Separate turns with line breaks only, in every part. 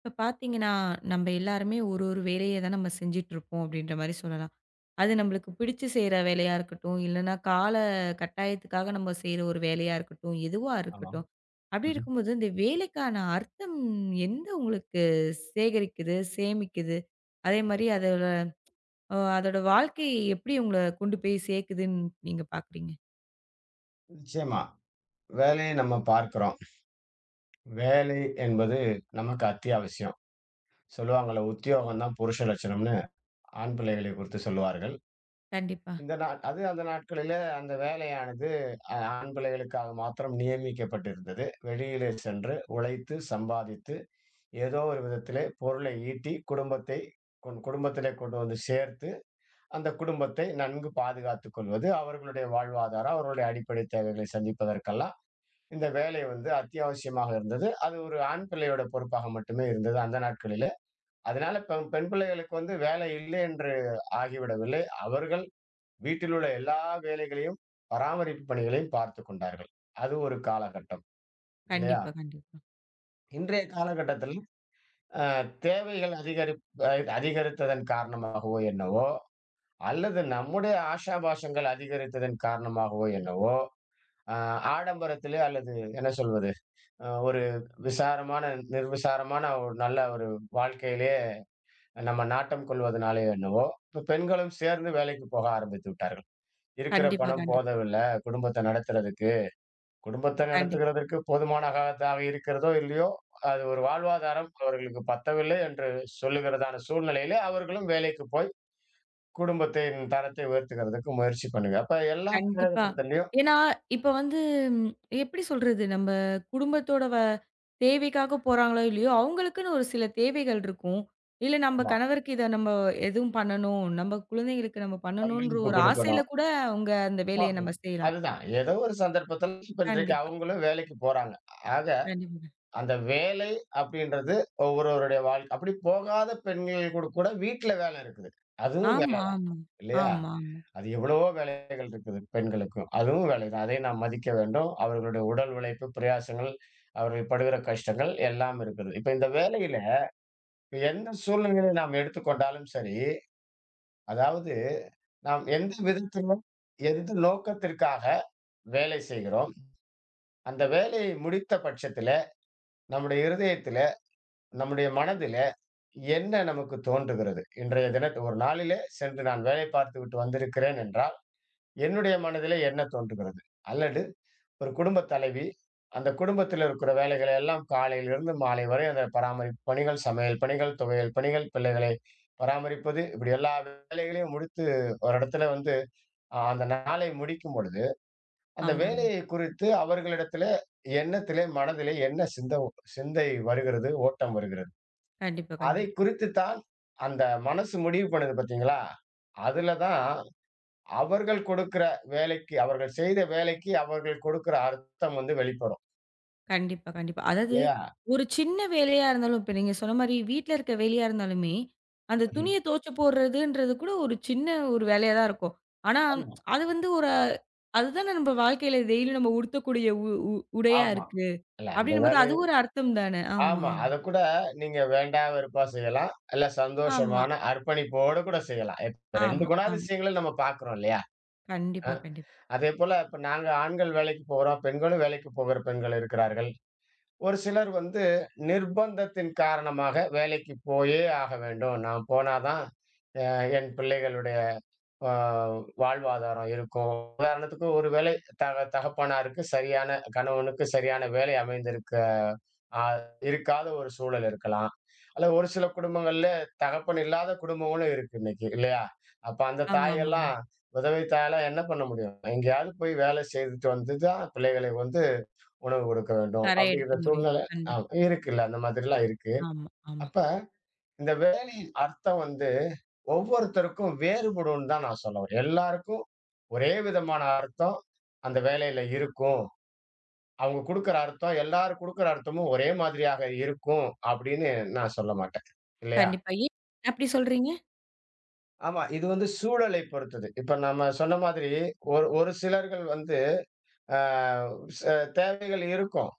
இப்ப பார்த்தீங்கன்னா, நம்ப எல்லாருமே ஒரு ஒரு வேலைய தான் நம்ம செஞ்சுட்டுருப்போம் அப்டின்ற மாரி சொல்லலாம். அது நம்பளுக்கு பிடிச்சு செய்ற வேலையா இருக்கட்டும், இல்லன்னா கால கட்டாயத்துக்காக நம்ம செய்ற ஒரு வேலையா இருக்கட்டும், எதுவா
ஆமா.
இருக்கட்டும். அப்டி
ம்ஹ்ம்.
இருக்கும்போது, இந்த வேலைக்கான அர்த்தம் எந்த உங்களுக்கு சேகரிக்குது, சேமிக்குது? அதே மாரி அதோட அதோட வாழ்க்கை எப்டி உங்கள கொண்டு போய் சேக்குதுன்னு நீங்க பார்க்குறீங்க?
நிச்சயமா. வேலையை நம்ம பார்க்கிறோம். வேலை என்பது நமக்கு அத்தியாவசியம். சொல்லுவாங்கள்ல, உத்தியோகம் தான் புருஷ லட்சணம்னு ஆண் பிள்ளைகளை குறித்து சொல்லுவார்கள்.
கண்டிப்பா,
இந்த நாட் அது அந்த நாட்களிலே அந்த வேலையானது ஆண் பிள்ளைகளுக்காக மாத்திரம் நியமிக்கப்பட்டிருந்தது. வெளியிலே சென்று உழைத்து, சம்பாதித்து, ஏதோ ஒரு விதத்திலே பொருளை ஈட்டி, குடும்பத்தை குடும்பத்திலே கொண்டு வந்து சேர்த்து, அந்த குடும்பத்தை நன்கு பாதுகாத்துக் கொள்வது, அவர்களுடைய வாழ்வாதாரம், அவர்களுடைய அடிப்படை தேவைகளை சந்திப்பதற்கெல்லாம் இந்த வேலை வந்து அத்தியாவசியமாக இருந்தது. அது ஒரு ஆண் பிள்ளையோட பொறுப்பாக மட்டுமே இருந்தது அந்த நாட்களிலே. அதனால பெண் பிள்ளைகளுக்கு வந்து வேலை இல்லை என்று ஆகிவிடவில்லை. அவர்கள் வீட்டில் உள்ள எல்லா வேலைகளையும், பராமரிப்பு பணிகளையும் பார்த்துக் கொண்டார்கள். அது ஒரு காலகட்டம், இல்லையா?
கண்டிப்பா, கண்டிப்பா.
இன்றைய காலகட்டத்தில் அ தேவைகள் அதிகரிப் அ அதிகரித்ததன் காரணமாகவோ என்னவோ, அல்லது நம்முடைய ஆஷாபாஷங்கள் அதிகரித்ததன் காரணமாகவோ என்னவோ அ ஆடம்பரத்திலே, அல்லது என்ன சொல்வது? ஒரு விசாரமான, நிர்விசாரமான ஒரு நல்ல ஒரு வாழ்க்கையிலே நம்ம நாட்டம் கொள்வதனாலயோ என்னவோ, இப்ப பெண்களும் சேர்ந்து வேலைக்கு போக ஆரம்பித்து விட்டார்கள். இருக்கிற
கண்டிப்பா,
பணம்
கண்டிப்பா,
போதவில்லை குடும்பத்த நடத்துறதுக்கு. குடும்பத்த
கண்டிப்பா.
நடத்துகிறதற்கு போதுமான காலத்தாக இருக்கிறதோ, இல்லையோ! அது ஒரு வாழ்வாதாரம் அவர்களுக்கு பத்தவில்லை என்று சொல்லுகிறதான சூழ்நிலையிலே, அவர்களும் வேலைக்கு போய் குடும்பத்தின் தரத்தை உயர்த்துகிறதுக்கு முயற்சி பண்ணுங்க. அப்ப எல்லா
கண்டிப்பா.
காலகட்டத்திலயும்
ஏன்னா, இப்ப வந்து ம், எப்படி சொல்றது? நம்ம குடும்பத்தோட தேவைக்காக போறாங்களோ, இல்லையோ, அவங்களுக்குன்னு ஒரு சில தேவைகள் இருக்கும். இல்ல நம்ம
ஆமா.
கணவருக்கு இத நம்ம எதுவும் பண்ணணும், நம்ம குழந்தைங்களுக்கு நம்ம பண்ணணுன்ற
பங்களிப்பு
ஒரு ஆசையில
கொடுக்கணும்.
கூட அவங்க அந்த வேலைய நம்ம
ஆமாம்.
செய்யலாம்.
அதுதான். ஏதோ ஒரு சந்தர்ப்பத்துல இப்ப இன்றைக்கு
கண்டிப்பா,
அவங்களும் வேலைக்கு போறாங்க. ஆக
கண்டிப்பாங்க.
அந்த வேலை அப்படின்றது, ஒவ்வொருவருடைய வாழ்க்கை அப்படி போகாத பெண்கள் கூட கூட வீட்ல வேலை இருக்குது. அதுவும் வேலை
ஆமா, ஆமா.
தான், இல்லையா?
ஆமா, ஆமா.
அது எவ்வளவோ வேலைகள் இருக்குது பெண்களுக்கும். அதுவும் வேலை தான். அதை நாம் மதிக்க வேண்டும். அவர்களுடைய உடல் உழைப்பு, பிரயாசங்கள், அவர்கள் படுகிற கஷ்டங்கள் எல்லாம் இருக்குது. இப்ப இந்த வேலையில எந்த சூழ்நிலையை நாம் எடுத்துக்கொண்டாலும் சரி, அதாவது நாம் எந்த விதத்திலும் எந்த நோக்கத்திற்காக வேலை செய்கிறோம்? அந்த வேலையை முடித்த பட்சத்தில, நம்முடைய இருதயத்தில, நம்முடைய மனதில என்ன நமக்கு தோன்றுகிறது? இன்றைய தினத்து ஒரு நாளிலே சென்று நான் வேலை பார்த்துவிட்டு வந்திருக்கிறேன் என்றால், என்னுடைய மனதிலே என்ன தோன்றுகிறது? அல்லது ஒரு குடும்பத் தலைவி, அந்த குடும்பத்தில இருக்கிற வேலைகளை எல்லாம் காலையிலிருந்து மாலை வரை அந்த பராமரிப்பு பணிகள், சமையல் பணிகள், துவையல் பணிகள், பிள்ளைகளை பராமரிப்பது, இப்படி எல்லா வேலைகளையும் முடித்து ஒரு இடத்துல வந்து அந்த நாளை முடிக்கும் பொழுது அந்த
ஆமாங்க.
வேலையை குறித்து அவர்களிடத்திலே எண்ணத்திலே, மனதிலே என்ன சிந்தை வருகிறது, ஓட்டம் வருகிறது.
கண்டிப்பா,
அதை
கண்டிப்பா.
குறித்து தான் அந்த மனசு முடிவு பண்ணுது, பார்த்தீங்களா? அதுல தான் அவர்கள் கொடுக்கிற வேலைக்கு அவர்கள் செய்த வேலைக்கு அவர்கள் கொடுக்கிற அர்த்தம் வந்து வெளிப்படும்.
கண்டிப்பா, கண்டிப்பா. அதாவது
இல்லையா?
ஒரு சின்ன வேலையா இருந்தாலும், இப்ப நீங்க சொன்ன மாரி வீட்ல இருக்க வேலையா இருந்தாலுமே, அந்த
ம்ஹ்ம்.
துணிய துவச்சு போடுறதுன்றது கூட ஒரு சின்ன ஒரு வேலையா தான் இருக்கும். ஆனா,
ஆமா,
அது வந்து ஒரு அதுதானே நம்ம வாழ்க்கையில டெய்லியும் நம்ம உடுத்தக்கூடிய உ உ உடையா
ஆமா.
இருக்கு.
இல்ல அந்த
அப்படின்னும்போது
வேலைய
அது ஒரு அர்த்தம் தானே. ஆமா,
ஆமா. அதக் கூட நீங்க வேண்டா வெறுப்பா செய்யலாம். இல்ல
ஆமா. ஆமா,
சந்தோஷமான அர்ப்பணிப்போடு கூட செய்யலாம். இப்ப 2
ஆமா, ஆமா.
குணாதிசயங்களும் நம்ம பார்க்கிறோம், இல்லையா?
கண்டிப்பா, கண்டிப்பா.
அதேபோல இப்ப நாங்க ஆண்கள் வேலைக்கு போறோம். பெண்களும் வேலைக்கு போகிற பெண்கள் இருக்கிறார்கள். ஒரு சிலர் வந்து நிர்பந்தத்தின் காரணமாக வேலைக்கு போயே ஆக வேண்டும். நான் போனா தான், அ என் பிள்ளைகளுடைய ஆ வாழ்வாதாரம் இருக்கும். உதாரணத்துக்கு ஒரு வேளை தகப்பனாருக்கு சரியான கணவனுக்கு சரியான வேலை அமைந்திருக்க ஆ இருக்காத ஒரு சூழல் இருக்கலாம். அல்ல ஒரு சில குடும்பங்கள்ல தகப்பன் இல்லாத குடும்பங்களும் இருக்கு இன்னைக்கு, இல்லையா? அப்ப அந்த
ஆமா, ஆமாங்க.
தாயெல்லாம் விதவை தாயெல்லாம் என்ன பண்ண முடியும்? எங்கேயாவது போய் வேலை செய்துட்டு வந்து தான் பிள்ளைகளுக்கு வந்து உணவு கொடுக்க வேண்டும்.
கரை எடுக்க
அப்படிங்கிற
முடியும்.
சூழ்நிலை ஆ
கண்டிப்பா.
இருக்குல்ல. அந்த மாதிரிலாம் இருக்கு.
ஆமா, ஆமா.
அப்ப இந்த வேலையின் அர்த்தம் வந்து ஒவ்வொருத்தருக்கும் வேறுபடும்னு தான் நான் சொல்ல வரேன். எல்லாருக்கும் ஒரே விதமான அர்த்தம் அந்த வேலையில இருக்கும். அவங்க குடுக்குற அர்த்தம், எல்லாரும் குடுக்குற அர்த்தமும் ஒரே மாதிரியாக இருக்கும் அப்படின்னு நான் சொல்ல மாட்டேன். இல்லையா?
கண்டிப்பா. ஏன் அப்படி சொல்றீங்க?
ஆமா. இது வந்து சூழலை பொறுத்தது. இப்ப நம்ம சொன்ன மாதிரி ஒரு ஒரு சிலர்கள் வந்து அ ச தேவைகள் இருக்கும்.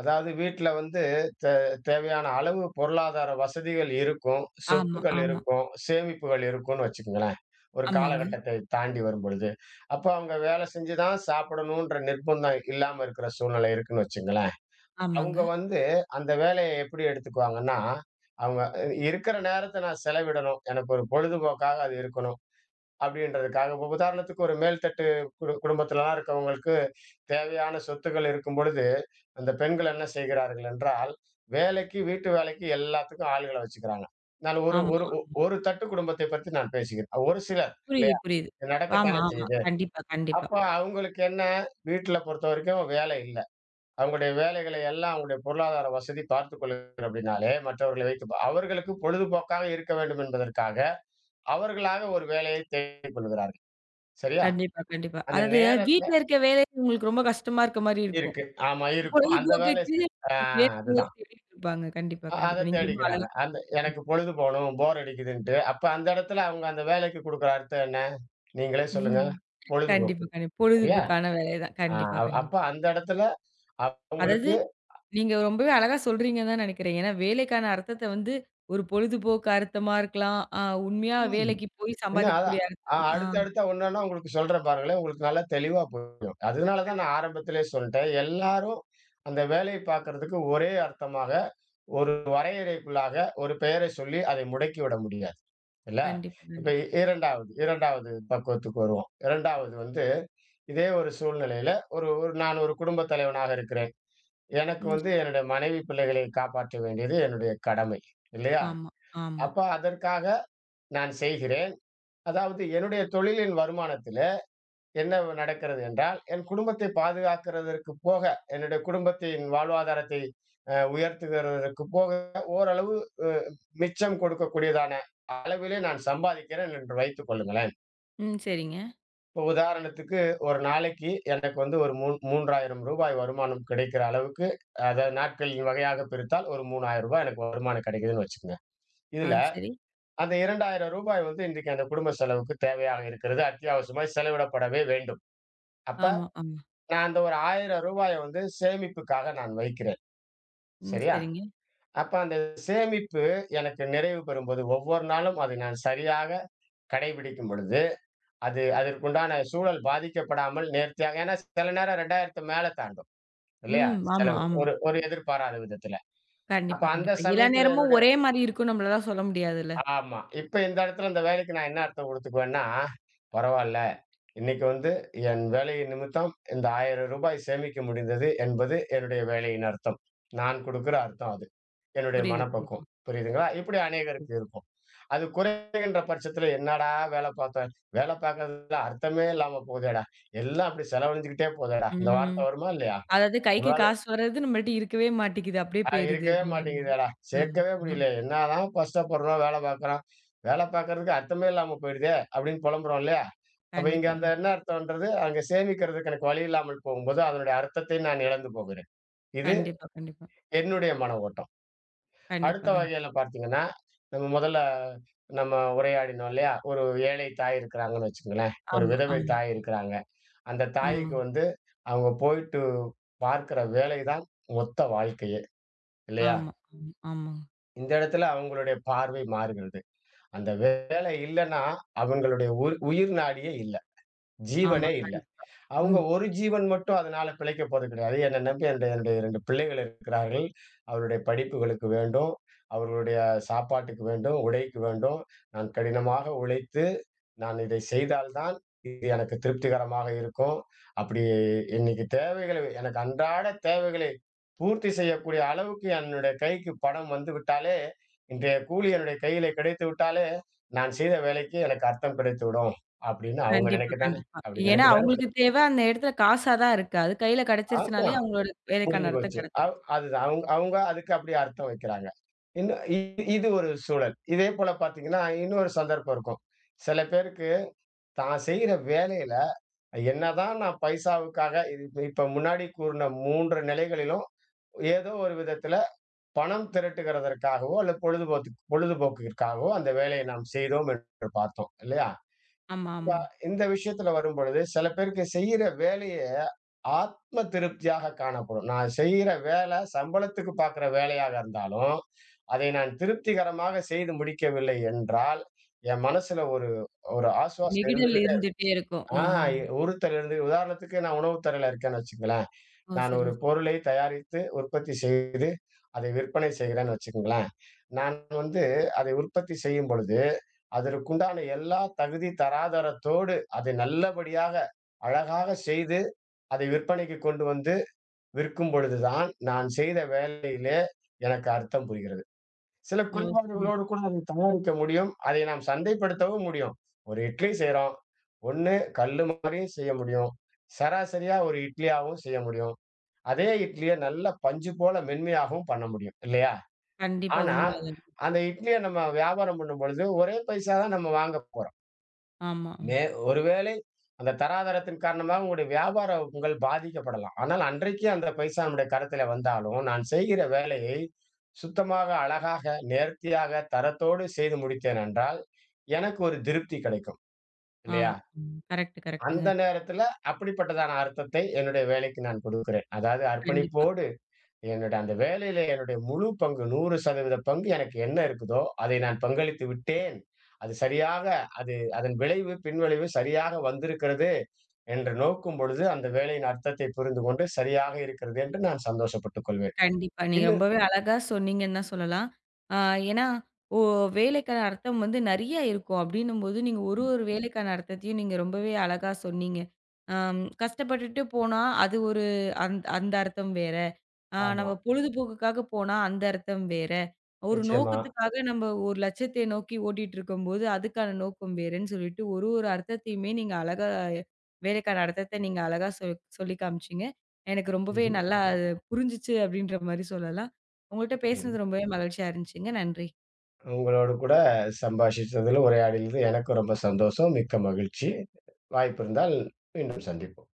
அதாவது வீட்ல வந்து தே தேவையான அளவு பொருளாதார வசதிகள் இருக்கும்,
ஆமா,
சொத்துக்கள்
ஆமா.
இருக்கும், சேமிப்புகள் இருக்கும்னு வச்சுக்கங்களேன். ஒரு
ஆமாங்க,
காலகட்டத்தை தாண்டி வரும்பொழுது. அப்ப அவங்க வேலை செஞ்சு தான் சாப்பிடணுன்ற நிர்பந்தம் இல்லாம இருக்கிற சூழ்நிலை இருக்குன்னு வச்சுக்கங்களேன்.
ஆமாங்க.
அவங்க வந்து அந்த வேலையை எப்படி எடுத்துக்குவாங்கன்னா, அவங்க இருக்கிற நேரத்த நான் செலவிடணும். எனக்கு ஒரு பொழுதுபோக்காக அது இருக்கணும். அப்படின்றதுக்காக. இப்ப உதாரணத்துக்கு ஒரு மேல்தட்டு குடும்பத்திலலாம் இருக்கவங்களுக்கு தேவையான சொத்துக்கள் இருக்கும்பொழுது, அந்த பெண்கள் என்ன செய்கிறார்கள் என்றால், வேலைக்கு, வீட்டு வேலைக்கு எல்லாத்துக்கும் ஆளுகள வச்சுக்கிறாங்க. நான் ஒரு
ஆமா.
ஒரு ஒ ஒரு தட்டு குடும்பத்தை பற்றி நான் பேசுகிறேன். ஒரு சிலர்,
புரியுது,
இல்லையா?
புரியுது.
இது
ஆமா,
நடக்கத்தானே
ஆமா.
செய்யுது.
கண்டிப்பா, கண்டிப்பா.
அப்ப அவங்களுக்கு என்ன, வீட்ல பொறுத்தவரைக்கும் வேலை இல்ல. அவங்களுடைய வேலைகளை எல்லாம் அவங்களுடைய பொருளாதார வசதி பார்த்துக் கொள்கிறது அப்படின்னாலே, மற்றவர்களை வைத்து அவர்களுக்கு பொழுதுபோக்காக இருக்க வேண்டும் என்பதற்காக, அவர்களாக ஒரு வேலையை தேடிக் கொள்கிறார்கள். சரியா?
கண்டிப்பா, கண்டிப்பா.
அந்த
அதாவது
நேரத்த
வீட்ல இருக்க வேலை உங்களுக்கு ரொம்ப கஷ்டமா இருக்க மாரி இருக்கும்.
இருக்கு. ஆமா, இருக்கும். அந்த வேலைய
பொழுதுபோக்குக்கு
செ ஆ
வேற வேலைய
அதுதான்.
தேடிட்டு இருப்பாங்க. கண்டிப்பா,
அத
கண்டிப்பா. நீங்க ரொம்ப
தேடிக்கிறாங்க.
அழகா
அந்த
சொன்னீங்க.
எனக்கு பொழுது போணும், போர் அடிக்குதுன்ட்டு. அப்ப அந்த இடத்துல அவங்க அந்த வேலைக்கு குடுக்குற அர்த்தம் என்ன? நீங்களே சொல்லுங்க.
ம்.
பொழுதுபோக்கு.
கண்டிப்பா, கண்டிப்பா.
சரியா?
பொழுதுபோக்கான வேலை தான். கண்டிப்பா,
அப்ப
கண்டிப்பா.
அந்த இடத்துல
அதாவது
அவங்களுக்கு
நீங்க ரொம்பவே அழகா சொல்றீங்கன்னு தான் நெனைக்கிறேன். ஏன்னா வேலைக்கான அர்த்தத்த வந்து ஒரு பொழுதுபோக்கு அர்த்தமா இருக்கலாம். அ உண்மையா
ம்.
வேலைக்கு போய்
இன்னும் அதான்.
சம்பாதிக்கக்கூடிய அர்த்தம்.
அடுத்தடுத்த ஒண்ணொண்ணா உங்களுக்கு சொல்றேன், பாருங்களேன். உங்களுக்கு நல்லா தெளிவா புரியும். அதனால தான் நான் ஆரம்பத்திலேயே சொல்ட்டேன். எல்லாரும் அந்த வேலைய பார்க்கறதுக்கு ஒரே அர்த்தமாக, ஒரு வரையறைக்குள்ளாக ஒரு பெயரை சொல்லி அதை முடக்கிவிட முடியாது. இல்ல?
கண்டிப்பா,
இப்ப
கண்டிப்பா.
2வது, 2வது பக்குவத்துக்கு வருவோம். 2வது வந்து இதே ஒரு சூழ்நிலையில ஒரு ஒரு நான் ஒரு குடும்பத் தலைவனாக இருக்கிறேன். எனக்கு
ம்.
வந்து என்னுடைய மனைவி, பிள்ளைகளை காப்பாற்ற வேண்டியது என்னுடைய கடமை. இல்லையா?
ஆமா, ஆமா.
அப்ப அதற்காக நான் செய்கிறேன். அதாவது என்னுடைய தொழிலின் வருமானத்தில என்ன நடக்கிறது என்றால், என் குடும்பத்தை பாதுகாக்கிறதற்கு போக, என்னுடைய குடும்பத்தின் வாழ்வாதாரத்தை உயர்த்துகிறதற்கு போக ஓரளவு அ மிச்சம் கொடுக்கக்கூடியதான அளவிலே நான் சம்பாதிக்கிறேன் என்று வைத்துக் கொள்ளுங்களேன்.
ம். சரிங்க.
இப்ப உதாரணத்துக்கு ஒரு நாளைக்கு எனக்கு வந்து ஒரு ரூ. 3000 ரூபாய் வருமானம் கிடைக்கிற அளவுக்கு, அத நாட்களின் வகையாக பிரித்தால் ஒரு ரூ. 3000 எனக்கு வருமானம் கிடைக்குதுன்னு வச்சுக்கங்க. இதுல
சரி.
அந்த ரூ. 2000 வந்து இன்றைக்கு அந்த குடும்ப செலவுக்கு தேவையாக இருக்கிறது. அத்தியாவசியமாய் செலவிடப்படவே வேண்டும். அப்ப
ஆமா, ஆமா.
நான் அந்த ஒரு ரூ. 1000 வந்து சேமிப்புக்காக நான் வைக்கிறேன்.
ம்.
சரியா?
சரிங்க.
அப்ப அந்த சேமிப்பு எனக்கு நிறைவு பெறும்போது, ஒவ்வொரு நாளும் அதை நான் சரியாக கடைபிடிக்கும் பொழுது அது அதற்குண்டான சூழல் பாதிக்கப்படாமல் நேர்த்தியாக, ஏன்னா சில நேரம் 2000 மேல தாண்டும். இல்லையா?
ம். ஆமா,
செலவு.
ஆமா.
ஒரு ஒரு எதிர்பாராத விதத்துல. அப்ப
கண்டிப்பா,
அந்த
கண்டிப்பா. எல்லா
சமயத்துல
நேரமும்
என்னுடைய
ஒரே மாரி இருக்கும்னு நம்மளால சொல்ல முடியாதுல்ல.
ஆமா. இப்ப இந்த இடத்துல இந்த வேலைக்கு நான் என்ன அர்த்தம் குடுத்துக்குவேன்னா, பரவால்ல. இன்னைக்கு வந்து என் வேலையின் நிமித்தம் இந்த ரூ. 1000 சேமிக்க முடிந்தது என்பது என்னுடைய வேலையின் அர்த்தம். நான் குடுக்கிற அர்த்தம் அது. என்னுடைய
புரியுது, புரியுது.
மனப்பக்குவம். புரியுதுங்களா? இப்படி அநேகருக்கு
புரியுது.
இருக்கும். அது குறைகின்ற பட்சத்துல என்னடா வேலை பார்த்தோம். வேலை பார்க்கறதுல அர்த்தமே இல்லாம போகுதேடா! எல்லாம் அப்படி செலவழிஞ்சுக்கிட்டே போதேடா! இந்த
ம்.
வார்த்தை வருமா, இல்லையா?
அதாவது கைக்கு
நம்மளால
காசு வர்றது நம்மள்ட்ட இருக்கவே மாட்டேங்குது. அப்படியே போயிருது
இருக்கவே
அப்படின்ற மாரி.
மாட்டேங்குதேடா!
ஆமா.
சேர்க்கவே
ஆ.
முடியல. என்னதான் கஷ்டப்படுறோம், வேலை பார்க்குறோம். வேலை பார்க்கறதுக்கு அர்த்தமே இல்லாம போயிடுதே! அப்படின்னு புலம்புறோம், இல்லையா? அப்ப இங்க
கண்டிப்பா,
அந்த
கண்டிப்பா.
என்ன அர்த்தம்ன்றது, அங்க சேமிக்கிறதுக்கு எனக்கு வழி இல்லாமல் போகும்போது, அதனுடைய அர்த்தத்தை நான் இழந்து போகிறேன். இது
கண்டிப்பா, கண்டிப்பா.
என்னுடைய மன ஓட்டம்.
கண்டிப்பா,
அடுத்த
கண்டிப்பா.
வகையில பார்த்தீங்கன்னா, நம்ம முதல்ல நம்ம உரையாடினோம், இல்லையா? ஒரு ஏழை தாய் இருக்கிறாங்கன்னு வச்சுக்கங்களேன். ஒரு
ஆமா,
விதவை
ஆமா.
தாய் இருக்கிறாங்க. அந்த தாய்க்கு
ஆமாங்க.
வந்து அவங்க போயிட்டு பார்க்கிற வேலை தான் மொத்த வாழ்க்கையே, இல்லையா?
ஆமா, ஆமா, ஆமாங்க.
இந்த இடத்துல அவங்களுடைய பார்வை மாறுகிறது. அந்த வேலை இல்லன்னா அவங்களுடைய உயிர் நாடியே இல்ல.
ஆமா.
ஜீவனே இல்ல.
கண்டிப்பா.
அவங்க
உண்
ஒரு ஜீவன் மட்டும் அதனால பிழைக்கப் போறது கிடையாது. என்ன நம்பி? என்னுடைய என்னுடைய 2 பிள்ளைகள் இருக்கிறார்கள். அவருடைய படிப்புகளுக்கு வேண்டும். அவர்களுடைய சாப்பாட்டுக்கு வேண்டும். உடைக்கு வேண்டும். நான் கடினமாக உழைத்து, நான் இதை செய்தால் தான் இது எனக்கு திருப்திகரமாக இருக்கும். அப்படி இன்னைக்கு தேவைகளை, எனக்கு அன்றாட தேவைகளை பூர்த்தி செய்யக்கூடிய அளவுக்கு என்னுடைய கைக்கு பணம் வந்துவிட்டாலே, இன்றைய கூலி என்னுடைய கையில கிடைத்து விட்டாலே, நான் செய்த வேலைக்கு எனக்கு அர்த்தம் கிடைத்துவிடும். அப்படின்னு அவங்க
கண்டிப்பா,
நினைக்கத்தானே
கண்டிப்பா.
அப்படி
ஏன்னா
நினைக்கத்தானே
அவங்களுக்கு தேவை அந்த இடத்துல காசா தான் இருக்கு. அது கையில
ஆமா.
கிடைச்சிருச்சுனாலே அவங்களோட வேலைக்கான
முடிஞ்சு
அர்த்தம்
போச்சு.
கிடைச்சிருச்சு.
அதுதான். அவங்க அவங்க அதுக்கு அப்படியே அர்த்தம் வைக்கிறாங்க. இன்னும் இது ஒரு சூழல். இதே போல பார்த்தீங்கன்னா, இன்னொரு சந்தர்ப்பம் இருக்கும். சில பேருக்கு தான் செய்ற வேலையில என்னதான் நான் பைசாவுக்காக இது இப்ப இப்ப முன்னாடி கூறின 3 நிலைகளிலும் ஏதோ ஒரு விதத்தில பணம் திரட்டுகிறதற்காகவோ, அல்லது பொழுதுபோக்கிற்காகவோ அந்த வேலையை நாம் செய்தோம் என்று பார்த்தோம். இல்லையா?
ஆமா, ஆமா.
இந்த விஷயத்துல வரும்பொழுது, சில பேருக்கு செய்யிற வேலைய ஆத்ம திருப்தியாக காணப்படும். நான் செய்யிற வேலை சம்பளத்துக்கு பாக்குற வேலையாக இருந்தாலும், அதை நான் திருப்திகரமாக செய்து முடிக்கவில்லை என்றால், என் மனசுல ஒரு ஒரு ஆசுவாசம்
நெகிடல்
இருந்துகிட்டே
இருந்துட்டே இருக்கும். ஆ.
ஆ உறுத்தல் இருந்து உதாரணத்துக்கு நான் உணவு துறையில இருக்கேன்னு வச்சுக்கங்களேன்.
ஓ!
நான் ஒரு
சரிங்க. சரி.
பொருளை தயாரித்து, உற்பத்தி செய்து, அதை விற்பனை செய்கிறேன்னு வச்சுக்கங்களேன். நான் வந்து அதை உற்பத்தி செய்யும் பொழுது அதற்குண்டான எல்லா தகுதி தராதரத்தோடு அதை நல்லபடியாக அழகாக செய்து அதை விற்பனைக்கு கொண்டு வந்து விற்கும் பொழுதுதான் நான் செய்த வேலையிலே எனக்கு அர்த்தம் புரிகிறது. சில
ஓ! சரி.
குறைபாடுகளோடு கூட அதை தயாரிக்க முடியும், அதை நாம் சந்தைப்படுத்தவும் முடியும். ஒரு இட்லி செய்றோம். ஒண்ணு கல்லு மாதிரியும் செய்ய முடியும். சராசரியா ஒரு இட்லியாவும் செய்ய முடியும். அதே இட்லியை நல்ல பஞ்சு போல மென்மையாகவும் பண்ண முடியும், இல்லையா?
கண்டிப்பா
ஆனா
உண்ம.
அந்த இட்லியை நம்ம வியாபாரம் பண்ணும் பொழுது ஒரே பைசா தான் நம்ம வாங்க போறோம்.
ஆமா,
மே ஒருவேளை அந்த தராதரத்தின் காரணமாக உங்களுடைய வியாபாரம் உங்கள் பாதிக்கப்படலாம். ஆனால் அன்றைக்கு அந்த பைசா நம்முடைய கரத்தில வந்தாலும், நான் செய்கிற வேலையை சுத்தமாக, அழகாக, நேர்த்தியாக, தரத்தோடு செய்து முடித்தேன் என்றால், எனக்கு ஒரு திருப்தி கிடைக்கும். இல்லையா?
ஆமா. ம். கரெக்ட், கரெக்ட்டுங்க.
அந்த நேரத்தில அப்படிப்பட்டதான அர்த்தத்தை என்னுடைய வேலைக்கு நான் கொடுக்கிறேன். அதாவது
கண்டிப்பா,
அர்ப்பணிப்போடு என்னோட அந்த வேலையில என்னுடைய முழு பங்கு, 100% பங்கு எனக்கு என்ன இருக்குதோ, அதை நான் பங்களித்து விட்டேன். அது சரியாக அது அதன் விளைவு, பின்விளைவு சரியாக வந்திருக்கிறது என்று நோக்கும் பொழுது, அந்த வேலையின் அர்த்தத்தை புரிந்துகொண்டு, சரியாக இருக்கிறது என்று நான் சந்தோஷப்பட்டுக் கொள்வேன்.
கண்டிப்பா. நீங்க
இன்னும்
ரொம்பவே அழகா சொன்னீங்கன்னு தான் சொல்லலாம். ஆ ஏன்னா, ஓ வேலைக்கான அர்த்தம் வந்து நெறைய இருக்கும் அப்டின்னும்போது, நீங்க ஒரு ஒரு வேலைக்கான அர்த்தத்தையும் நீங்க ரொம்பவே அழகா சொன்னீங்க. ஆம் கஷ்டப்பட்டுட்டு போனா, அது ஒரு அந்த அர்த்தம் வேற.
ஆமா,
நம்ம பொழுதுபோக்குக்காக போனா அந்த அர்த்தம் வேற. ஒரு
நிச்சயமா.
நோக்கத்துக்காக நம்ம ஒரு லட்சியத்தை நோக்கி ஓட்டிட்டு இருக்கும்போது, அதுக்கான நோக்கம் வேறன்னு சொல்லிட்டு ஒரு ஒரு அர்த்தத்தையுமே நீங்க அழகா வேலைக்கான அர்த்தத்த நீங்க அழகா சொல்லி காமிச்சீங்க. எனக்கு ரொம்பவே
ம்ஹ்ம்.
நல்லா அது புரிஞ்சுச்சு அப்படின்ற மாரி சொல்லலாம். உங்கள்ட்ட
ம்.
பேசினது ரொம்பவே மகிழ்ச்சியா இருந்துச்சுங்க. நன்றி.
உங்களோடு கூட சம்பாஷிச்சதிலும், உரையாடியதிலும் எனக்கும் ரொம்ப சந்தோஷம். மிக்க மகிழ்ச்சி. வாய்ப்பு இருந்தால் மீண்டும் சந்திப்போம்.